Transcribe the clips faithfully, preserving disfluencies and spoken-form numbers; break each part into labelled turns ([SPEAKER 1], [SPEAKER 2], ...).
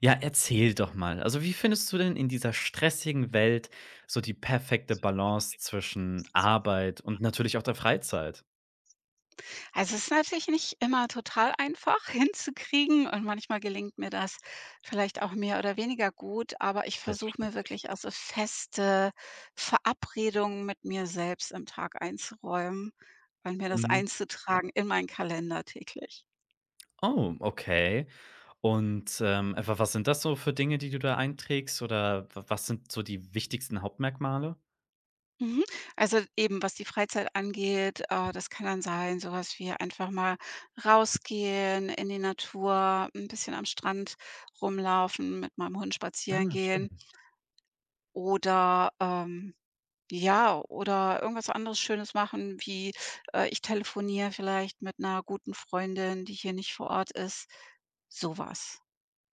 [SPEAKER 1] Ja, erzähl doch mal. Also, wie findest du denn in dieser stressigen Welt so die perfekte Balance zwischen Arbeit und natürlich auch der Freizeit?
[SPEAKER 2] Also, es ist natürlich nicht immer total einfach hinzukriegen, und manchmal gelingt mir das vielleicht auch mehr oder weniger gut, aber ich versuche mir
[SPEAKER 1] Selbstverständlich.
[SPEAKER 2] wirklich, also, feste Verabredungen mit mir selbst im Tag einzuräumen und mir das
[SPEAKER 1] Mhm.
[SPEAKER 2] einzutragen in meinen Kalender täglich.
[SPEAKER 1] Oh, okay. Und, ähm, wa was sind das so für Dinge, die du da einträgst, oder wa was sind so die wichtigsten Hauptmerkmale?
[SPEAKER 2] Mhm. Also, eben was die Freizeit angeht, äh, das kann dann sein, sowas wie einfach mal rausgehen in die Natur, ein bisschen am Strand rumlaufen, mit meinem Hund spazieren
[SPEAKER 1] Ah, schön.
[SPEAKER 2] gehen. Oder, ähm ja, oder irgendwas anderes Schönes machen, wie, äh, ich telefoniere vielleicht mit einer guten Freundin, die hier nicht vor Ort ist, sowas.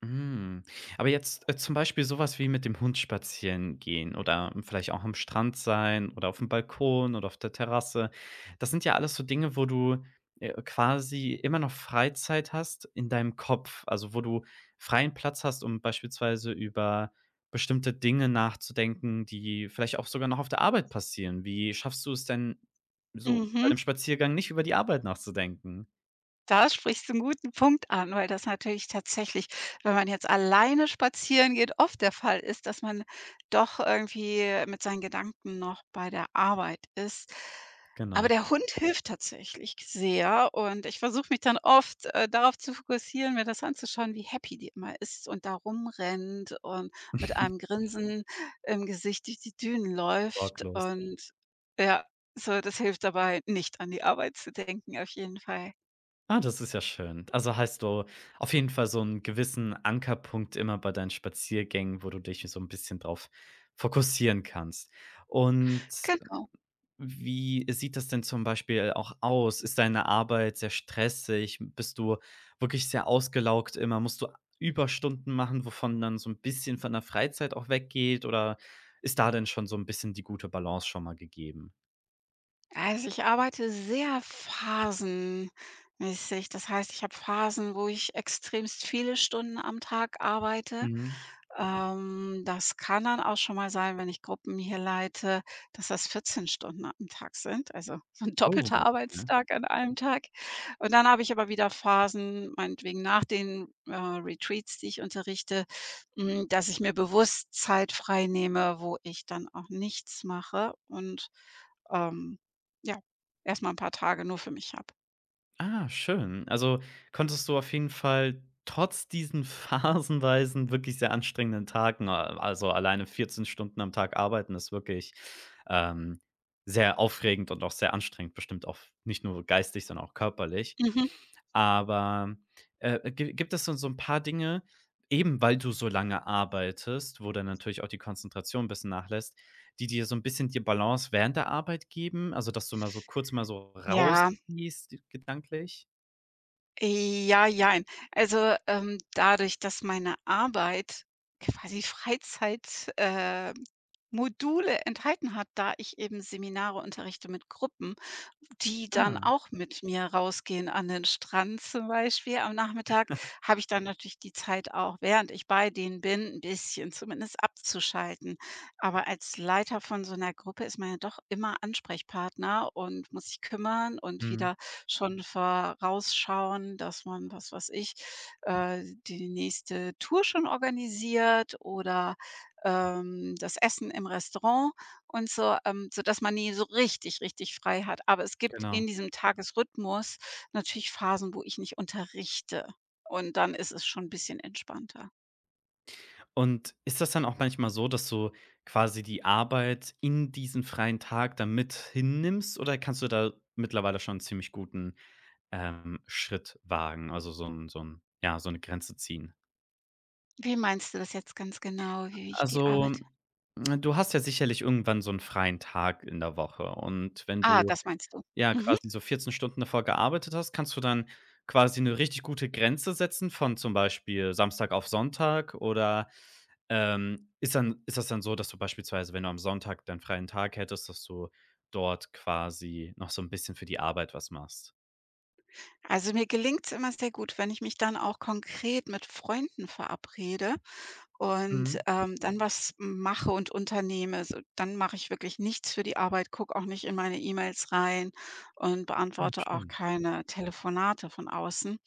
[SPEAKER 1] Hm. Aber jetzt, äh, zum Beispiel sowas wie mit dem Hund spazieren gehen oder vielleicht auch am Strand sein oder auf dem Balkon oder auf der Terrasse. Das sind ja alles so Dinge, wo du, äh, quasi immer noch Freizeit hast in deinem Kopf, also, wo du freien Platz hast, um beispielsweise über bestimmte Dinge nachzudenken, die vielleicht auch sogar noch auf der Arbeit passieren. Wie schaffst du es denn, so bei
[SPEAKER 2] Mhm.
[SPEAKER 1] 'nem Spaziergang nicht über die Arbeit nachzudenken?
[SPEAKER 2] Da sprichst du 'n guten Punkt an, weil das natürlich tatsächlich, wenn man jetzt alleine spazieren geht, oft der Fall ist, dass man doch irgendwie mit seinen Gedanken noch bei der Arbeit ist. Aber
[SPEAKER 1] Genau,
[SPEAKER 2] der Hund hilft tatsächlich sehr, und ich versuche mich dann oft, äh, darauf zu fokussieren, mir das anzuschauen, wie happy die immer ist und da rumrennt und mit einem Grinsen im Gesicht durch die Dünen läuft.
[SPEAKER 1] sorglos.
[SPEAKER 2] Und ja, so, das hilft dabei, nicht an die Arbeit zu denken, auf jeden Fall.
[SPEAKER 1] Ah, das ist ja schön. Also, hast du auf jeden Fall so einen gewissen Ankerpunkt immer bei deinen Spaziergängen, wo du dich so ein bisschen drauf fokussieren kannst. Und
[SPEAKER 2] Genau.
[SPEAKER 1] wie sieht das denn zum Beispiel auch aus? Ist deine Arbeit sehr stressig? Bist du wirklich sehr ausgelaugt immer? Musst du Überstunden machen, wovon dann so ein bisschen von der Freizeit auch weggeht? Oder ist da denn schon so ein bisschen die gute Balance schon mal gegeben?
[SPEAKER 2] Also, ich arbeite sehr phasenmäßig. Das heißt, ich habe Phasen, wo ich extremst viele Stunden am Tag arbeite.
[SPEAKER 1] Mhm.
[SPEAKER 2] Ähm, das kann dann auch schon mal sein, wenn ich Gruppen hier leite, dass das vierzehn Stunden am Tag sind, also so 'n
[SPEAKER 1] Oh,
[SPEAKER 2] doppelter
[SPEAKER 1] okay.
[SPEAKER 2] Arbeitstag an einem Tag. Und dann habe ich aber wieder Phasen, meinetwegen nach den, äh, Retreats, die ich unterrichte, hm, dass ich mir bewusst Zeit frei nehme, wo ich dann auch nichts mache und ähm, ja, erst mal 'n paar Tage nur für mich habe.
[SPEAKER 1] Ah, schön. Also, konntest du auf jeden Fall trotz diesen phasenweisen, wirklich sehr anstrengenden Tagen a also, alleine vierzehn Stunden am Tag arbeiten ist wirklich, ähm, sehr aufregend und auch sehr anstrengend, bestimmt auch nicht nur geistig, sondern auch körperlich.
[SPEAKER 2] Mhm.
[SPEAKER 1] Aber, äh, gi gibt es denn so ein paar Dinge, eben weil du so lange arbeitest, wo dann natürlich auch die Konzentration ein bisschen nachlässt, die dir so ein bisschen die Balance während der Arbeit geben? Also, dass du mal so kurz mal so
[SPEAKER 2] Ja,
[SPEAKER 1] rausgehst gedanklich?
[SPEAKER 2] ja, jein. Also, ähm, dadurch, dass meine Arbeit quasi Freizeit äh, Module enthalten hat, da ich eben Seminare unterrichte mit Gruppen, die dann
[SPEAKER 1] Ah,
[SPEAKER 2] auch mit mir rausgehen an den Strand, zum Beispiel am Nachmittag, habe ich dann natürlich die Zeit auch, während ich bei denen bin, ein bisschen zumindest abzuschalten. Aber als Leiter von so einer Gruppe ist man ja doch immer Ansprechpartner und muss sich kümmern und
[SPEAKER 1] mhm,
[SPEAKER 2] wieder schon vorausschauen, dass man, was weiß ich, äh, die nächste Tour schon organisiert, oder, ähm, das Essen im Restaurant und so, ähm, sodass man nie so richtig, richtig frei hat. Aber es gibt
[SPEAKER 1] genau.
[SPEAKER 2] in diesem Tagesrhythmus natürlich Phasen, wo ich nicht unterrichte. Und dann ist es schon ein bisschen entspannter.
[SPEAKER 1] Und ist das dann auch manchmal so, dass du quasi die Arbeit in diesen freien Tag dann mit hinnimmst, oder kannst du da mittlerweile schon einen ziemlich guten, ähm, Schritt wagen, also so 'n so 'n ja, so 'ne Grenze ziehen?
[SPEAKER 2] Wie meinst du das jetzt ganz genau, wie ich die
[SPEAKER 1] Also,
[SPEAKER 2] Arbeit —
[SPEAKER 1] hm, du hast ja sicherlich irgendwann so einen freien Tag in der Woche, und wenn
[SPEAKER 2] ah,
[SPEAKER 1] du
[SPEAKER 2] das meinst du.
[SPEAKER 1] ja
[SPEAKER 2] Mhm.
[SPEAKER 1] quasi so vierzehn Stunden davor gearbeitet hast, kannst du dann quasi eine richtig gute Grenze setzen von zum Beispiel Samstag auf Sonntag, oder, ähm, ist dann ist das dann so, dass du beispielsweise, wenn du am Sonntag deinen freien Tag hättest, dass du dort quasi noch so ein bisschen für die Arbeit was machst?
[SPEAKER 2] Also, mir gelingt es immer sehr gut, wenn ich mich dann auch konkret mit Freunden verabrede.
[SPEAKER 1] Mhm.
[SPEAKER 2] Und, ähm, dann was mache und unternehme. So, dann mache ich wirklich nichts für die Arbeit, gucke auch nicht in meine E-Mails rein und
[SPEAKER 1] Ah,
[SPEAKER 2] beantworte auch
[SPEAKER 1] schön.
[SPEAKER 2] keine Telefonate von außen.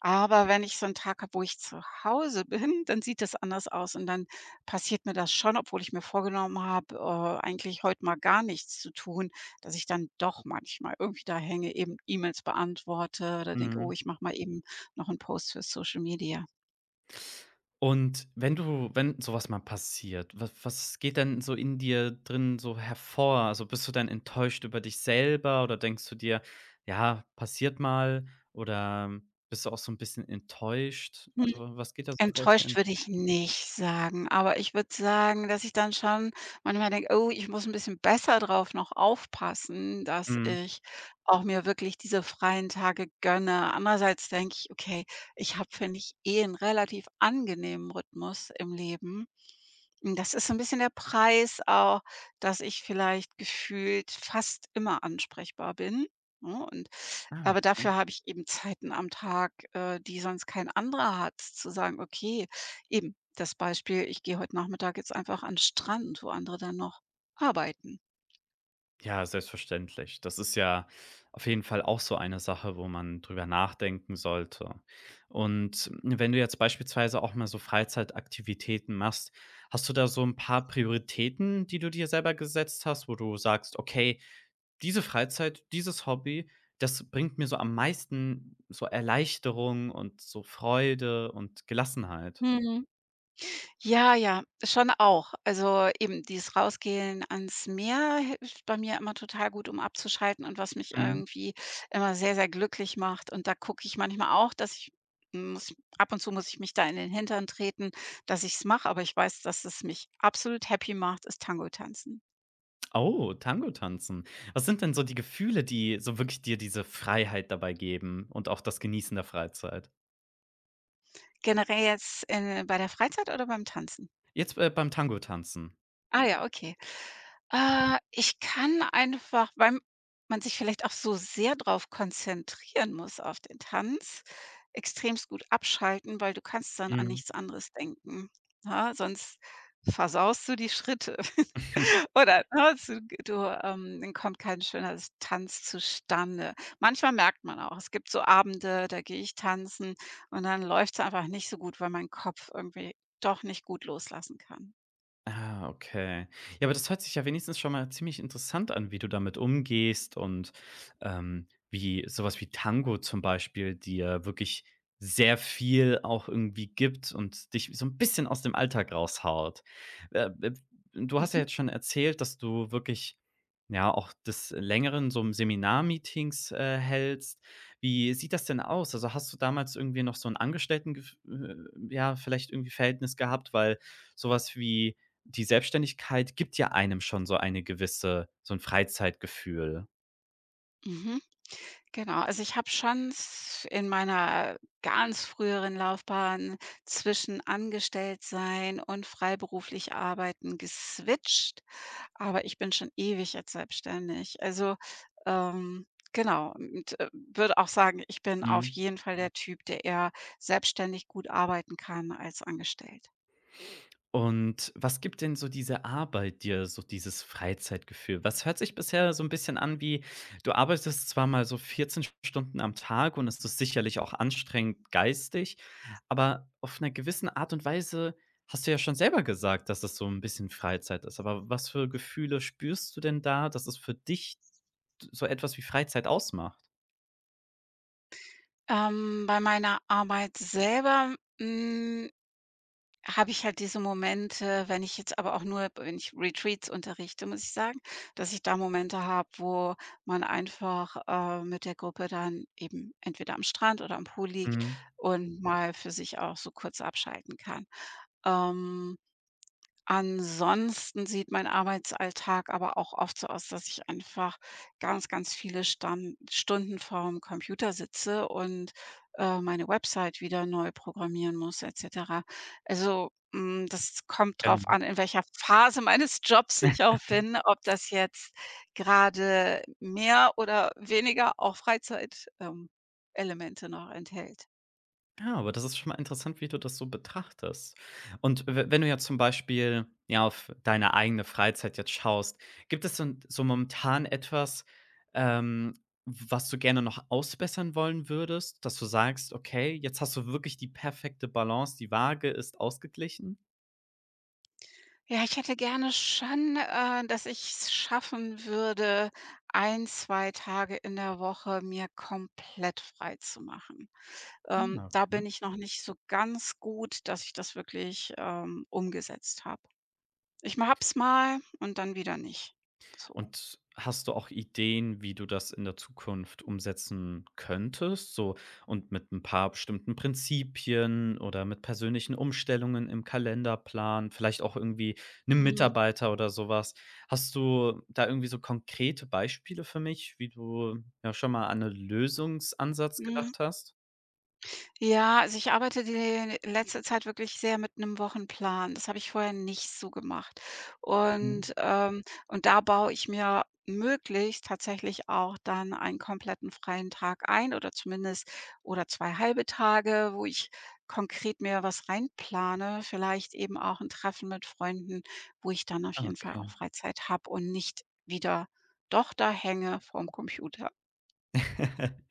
[SPEAKER 2] Aber wenn ich so einen Tag habe, wo ich zu Hause bin, dann sieht das anders aus, und dann passiert mir das schon, obwohl ich mir vorgenommen habe, äh, eigentlich heute mal gar nichts zu tun, dass ich dann doch manchmal irgendwie da hänge, eben E-Mails beantworte oder denke: „Oh,
[SPEAKER 1] Mhm.
[SPEAKER 2] ich mache mal eben noch einen Post für Social Media."
[SPEAKER 1] Und wenn du wenn so was mal passiert, was was geht denn so in dir drin so hervor? Also, bist du dann enttäuscht über dich selber, oder denkst du dir: „Ja, passiert mal“, oder bist du auch so ein bisschen enttäuscht? Also, was geht da so vor dir
[SPEAKER 2] Enttäuscht
[SPEAKER 1] hin?
[SPEAKER 2] würde ich nicht sagen, aber ich würde sagen, dass ich dann schon manchmal denke: „Oh, ich muss ein bisschen besser drauf noch aufpassen, dass
[SPEAKER 1] Mhm.
[SPEAKER 2] ich auch mir wirklich diese freien Tage gönne." Andererseits denke ich: „Okay, ich habe, finde ich, eh 'n relativ angenehmen Rhythmus im Leben." Hm, das ist so 'n bisschen der Preis auch, dass ich vielleicht gefühlt fast immer ansprechbar bin, ne? Und
[SPEAKER 1] Ah,
[SPEAKER 2] aber
[SPEAKER 1] okay.
[SPEAKER 2] dafür habe ich eben Zeiten am Tag, äh, die sonst kein anderer hat, zu sagen: „Okay." Eben das Beispiel: ich gehe heute Nachmittag jetzt einfach an 'n Strand, wo andere dann noch arbeiten.
[SPEAKER 1] Ja, selbstverständlich. Das ist ja auf jeden Fall auch so eine Sache, wo man drüber nachdenken sollte. Und wenn du jetzt beispielsweise auch mal so Freizeitaktivitäten machst, hast du da so ein paar Prioritäten, die du dir selber gesetzt hast, wo du sagst: „Okay, diese Freizeit, dieses Hobby, das bringt mir so am meisten so Erleichterung und so Freude und Gelassenheit?“
[SPEAKER 2] Mhm. Ja, ja, schon auch. Also, eben dieses Rausgehen ans Meer hilft bei mir immer total gut, um abzuschalten, und was mich irgendwie immer sehr, sehr glücklich macht. Und da gucke ich manchmal auch, dass ich — muss ab und zu muss ich mich da in den Hintern treten, dass ich es mache, aber ich weiß, dass es mich absolut happy macht, ist Tango tanzen.
[SPEAKER 1] Oh, Tango tanzen. Was sind denn so die Gefühle, die so wirklich dir diese Freiheit dabei geben und auch das Genießen der Freizeit?
[SPEAKER 2] Generell jetzt, äh, bei der Freizeit oder beim Tanzen?
[SPEAKER 1] Jetzt, äh, beim Tango tanzen.
[SPEAKER 2] Ah ja, okay. Äh, ich kann einfach, weil man sich vielleicht auch so sehr drauf konzentrieren muss auf den Tanz, extremst gut abschalten, weil du kannst dann an
[SPEAKER 1] Mhm.
[SPEAKER 2] nichts anderes denken, ne? Sonst versaust du die Schritte oder, ne, du du, ähm dann kommt kein schöner Tanz zustande. Manchmal merkt man auch, es gibt so Abende, da gehe ich tanzen und dann läuft es einfach nicht so gut, weil mein Kopf irgendwie doch nicht gut loslassen kann.
[SPEAKER 1] Ah, okay. Ja, aber das hört sich ja wenigstens schon mal ziemlich interessant an, wie du damit umgehst, und, ähm, wie sowas wie Tango zum Beispiel dir wirklich sehr viel auch irgendwie gibt und dich so ein bisschen aus dem Alltag raushaut. Äh, äh, Du hast ja
[SPEAKER 2] Mhm.
[SPEAKER 1] jetzt schon erzählt, dass du wirklich, ja, auch des Längeren so 'n Seminar-Meetings, äh, hältst. Wie sieht das denn aus? Also, hast du damals irgendwie noch so ein Angestellten äh, ja, vielleicht irgendwie Verhältnis gehabt? Weil sowas wie die Selbstständigkeit gibt ja einem schon so eine gewisse, so ein Freizeitgefühl.
[SPEAKER 2] Mhm. Genau, also ich habe schon s in meiner ganz früheren Laufbahn zwischen Angestelltsein und freiberuflich arbeiten geswitcht, aber ich bin schon ewig jetzt selbstständig. Also, ähm, genau, und, äh, würde auch sagen, ich bin auf
[SPEAKER 1] Mhm.
[SPEAKER 2] jeden Fall der Typ, der eher selbstständig gut arbeiten kann als angestellt.
[SPEAKER 1] Und was gibt denn so diese Arbeit dir so dieses Freizeitgefühl? Was hört sich bisher so ein bisschen an wie, du arbeitest zwar mal so vierzehn Stunden am Tag und es ist sicherlich auch anstrengend geistig, aber auf einer gewissen Art und Weise hast du ja schon selber gesagt, dass es so ein bisschen Freizeit ist. Aber was für Gefühle spürst du denn da, dass es für dich so etwas wie Freizeit ausmacht?
[SPEAKER 2] Ähm, bei meiner Arbeit selber, hm habe ich halt diese Momente, wenn ich jetzt aber auch — nur wenn ich Retreats unterrichte, muss ich sagen, dass ich da Momente habe, wo man einfach, äh, mit der Gruppe dann eben entweder am Strand oder am Pool liegt
[SPEAKER 1] Mhm,
[SPEAKER 2] und mal für sich auch so kurz abschalten kann. Ähm Ansonsten sieht mein Arbeitsalltag aber auch oft so aus, dass ich einfach ganz, ganz viele Stan Stunden vorm Computer sitze und, äh, meine Website wieder neu programmieren muss, et cetera. Also, hm, das kommt drauf
[SPEAKER 1] genau.
[SPEAKER 2] an, in welcher Phase meines Jobs ich auch bin, ob das jetzt gerade mehr oder weniger auch Freizeit ähm, Elemente noch enthält.
[SPEAKER 1] Ja, aber das ist schon mal interessant, wie du das so betrachtest. Und we wenn du ja zum Beispiel, ja, auf deine eigene Freizeit jetzt schaust, gibt es denn so momentan etwas, ähm, was du gerne noch ausbessern wollen würdest, dass du sagst: „Okay, jetzt hast du wirklich die perfekte Balance, die Waage ist ausgeglichen?“
[SPEAKER 2] Ja, ich hätte gerne schon, äh, dass ich es schaffen würde, ein, zwei Tage in der Woche mir komplett frei freizumachen. Ähm,
[SPEAKER 1] Ah,
[SPEAKER 2] da
[SPEAKER 1] okay.
[SPEAKER 2] bin ich noch nicht so ganz gut, dass ich das wirklich, ähm, umgesetzt habe. Ich hab's mal und dann wieder nicht. So.
[SPEAKER 1] Und hast du auch Ideen, wie du das in der Zukunft umsetzen könntest? So, und mit ein paar bestimmten Prinzipien oder mit persönlichen Umstellungen im Kalenderplan, vielleicht auch irgendwie 'nem
[SPEAKER 2] Mhm.
[SPEAKER 1] Mitarbeiter oder sowas? Hast du da irgendwie so konkrete Beispiele für mich, wie du ja schon mal an einen Lösungsansatz
[SPEAKER 2] Mhm.
[SPEAKER 1] gedacht hast?
[SPEAKER 2] Ja, also ich arbeite die letzte Zeit wirklich sehr mit einem Wochenplan. Das habe ich vorher nicht so gemacht.
[SPEAKER 1] Mhm.
[SPEAKER 2] Und, ähm und da baue ich mir möglichst tatsächlich auch dann einen kompletten freien Tag ein, oder zumindest oder zwei halbe Tage, wo ich konkret mir was reinplane, vielleicht eben auch ein Treffen mit Freunden, wo ich dann auf
[SPEAKER 1] Ah,
[SPEAKER 2] jeden Fall auch
[SPEAKER 1] okay.
[SPEAKER 2] Freizeit habe und nicht wieder doch da hänge vorm Computer.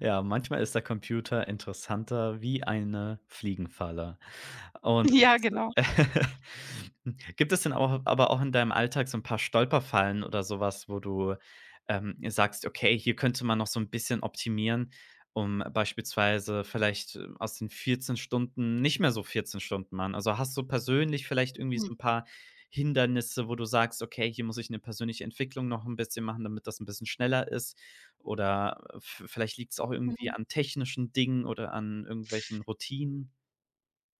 [SPEAKER 1] Ja, manchmal ist der Computer interessanter wie eine Fliegenfalle. Und
[SPEAKER 2] Ja, genau.
[SPEAKER 1] gibt es denn auch aber auch in deinem Alltag so ein paar Stolperfallen oder sowas, wo du, ähm, sagst: „Okay, hier könnte man noch so ein bisschen optimieren, um beispielsweise vielleicht äh, aus den vierzehn Stunden nicht mehr so vierzehn Stunden machen?“ Also, hast du persönlich vielleicht irgendwie so ein paar Hindernisse, wo du sagst: „Okay, hier muss ich eine persönliche Entwicklung noch ein bisschen machen, damit das ein bisschen schneller ist?“ Oder v vielleicht liegt's auch irgendwie
[SPEAKER 2] Mhm.
[SPEAKER 1] an technischen Dingen oder an irgendwelchen Routinen.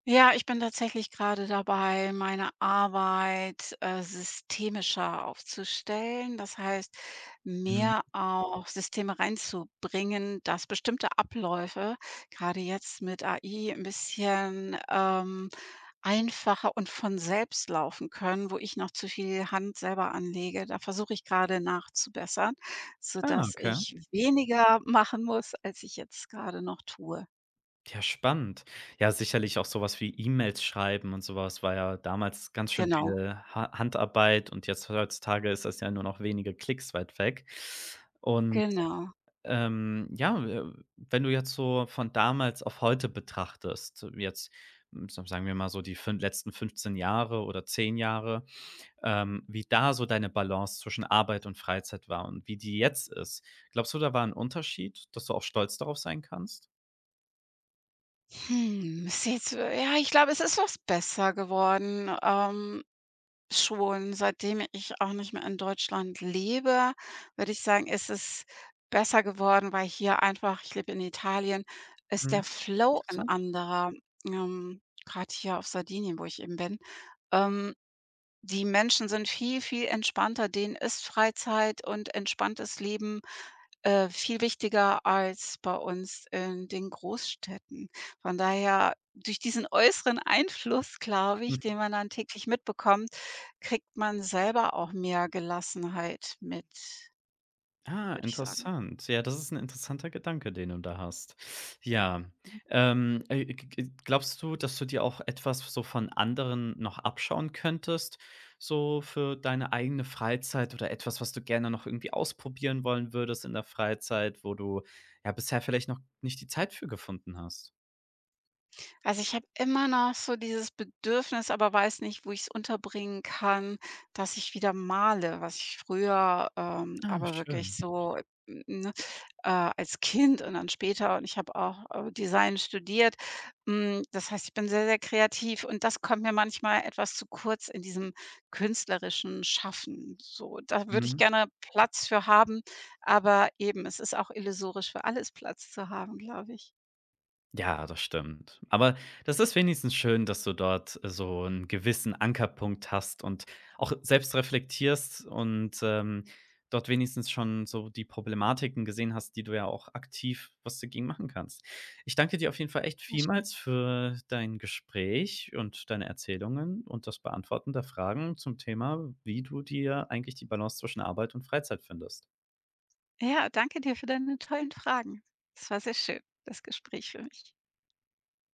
[SPEAKER 2] Ja, ich bin tatsächlich gerade dabei, meine Arbeit, äh, systemischer aufzustellen. Das heißt,
[SPEAKER 1] Mhm.
[SPEAKER 2] mehr auch Systeme reinzubringen, dass bestimmte Abläufe, gerade jetzt mit A I, ein bisschen, ähm, einfacher und von selbst laufen können, wo ich noch zu viel Hand selber anlege. Da versuche ich gerade nachzubessern,
[SPEAKER 1] Ah,
[SPEAKER 2] sodass
[SPEAKER 1] okay.
[SPEAKER 2] ich weniger machen muss, als ich jetzt gerade noch tue.
[SPEAKER 1] Ja, spannend. Ja, sicherlich auch so was wie E-Mails schreiben und so was war ja damals ganz schön
[SPEAKER 2] Genau,
[SPEAKER 1] viel Ha Handarbeit, und jetzt heutzutage ist das ja nur noch wenige Klicks weit weg. Und,
[SPEAKER 2] genau.
[SPEAKER 1] ähm, ja, äh, wenn du jetzt so von damals auf heute betrachtest, jetzt, hm, sa sagen wir mal so die fün letzten fünfzehn Jahre oder zehn Jahre, ähm, wie da so deine Balance zwischen Arbeit und Freizeit war und wie die jetzt ist. Glaubst du, da war ein Unterschied, dass du auch stolz darauf sein kannst?
[SPEAKER 2] Hm, ist jetzt äh, ja, ich glaube, es ist was besser geworden, ähm, schon. Seitdem ich auch nicht mehr in Deutschland lebe, würde ich sagen, ist es besser geworden, weil hier einfach — ich lebe in Italien, ist
[SPEAKER 1] Mhm,
[SPEAKER 2] der Flow ein
[SPEAKER 1] interessant.
[SPEAKER 2] anderer, ähm, grad hier auf Sardinien, wo ich eben bin. Ähm, Die Menschen sind viel, viel entspannter. Denen ist Freizeit und entspanntes Leben äh, viel wichtiger als bei uns in den Großstädten. Von daher, durch diesen äußeren Einfluss, glaube ich,
[SPEAKER 1] Mhm.
[SPEAKER 2] den man dann täglich mitbekommt, kriegt man selber auch mehr Gelassenheit mit,
[SPEAKER 1] Ah,
[SPEAKER 2] würde ich sagen.
[SPEAKER 1] interessant. Ja, das ist ein interessanter Gedanke, den du da hast. Ja, ähm, äh, g g glaubst du, dass du dir auch etwas so von anderen noch abschauen könntest, so für deine eigene Freizeit oder etwas, was du gerne noch irgendwie ausprobieren wollen würdest in der Freizeit, wo du, ja, bisher vielleicht noch nicht die Zeit für gefunden hast?
[SPEAKER 2] Also, ich habe immer noch so dieses Bedürfnis, aber weiß nicht, wo ich es unterbringen kann, dass ich wieder male, was ich früher, ähm,
[SPEAKER 1] Ah,
[SPEAKER 2] aber wirklich
[SPEAKER 1] schön.
[SPEAKER 2] so, n ne, äh, als Kind und dann später, und ich habe auch, äh, Design studiert. Hm, das heißt, ich bin sehr, sehr kreativ, und das kommt mir manchmal etwas zu kurz in diesem künstlerischen Schaffen. So, da würde ich
[SPEAKER 1] Mhm.
[SPEAKER 2] gerne Platz für haben, aber eben, es ist auch illusorisch, für alles Platz zu haben, glaube ich.
[SPEAKER 1] Ja, das stimmt. Aber das ist wenigstens schön, dass du dort äh, so einen gewissen Ankerpunkt hast und auch selbst reflektierst und, ähm, dort wenigstens schon so die Problematiken gesehen hast, die du ja auch aktiv was dagegen machen kannst. Ich danke dir auf jeden Fall echt vielmals für dein Gespräch und deine Erzählungen und das Beantworten der Fragen zum Thema, wie du dir eigentlich die Balance zwischen Arbeit und Freizeit findest.
[SPEAKER 2] Ja, danke dir für deine tollen Fragen. Es war sehr schön, das Gespräch für mich.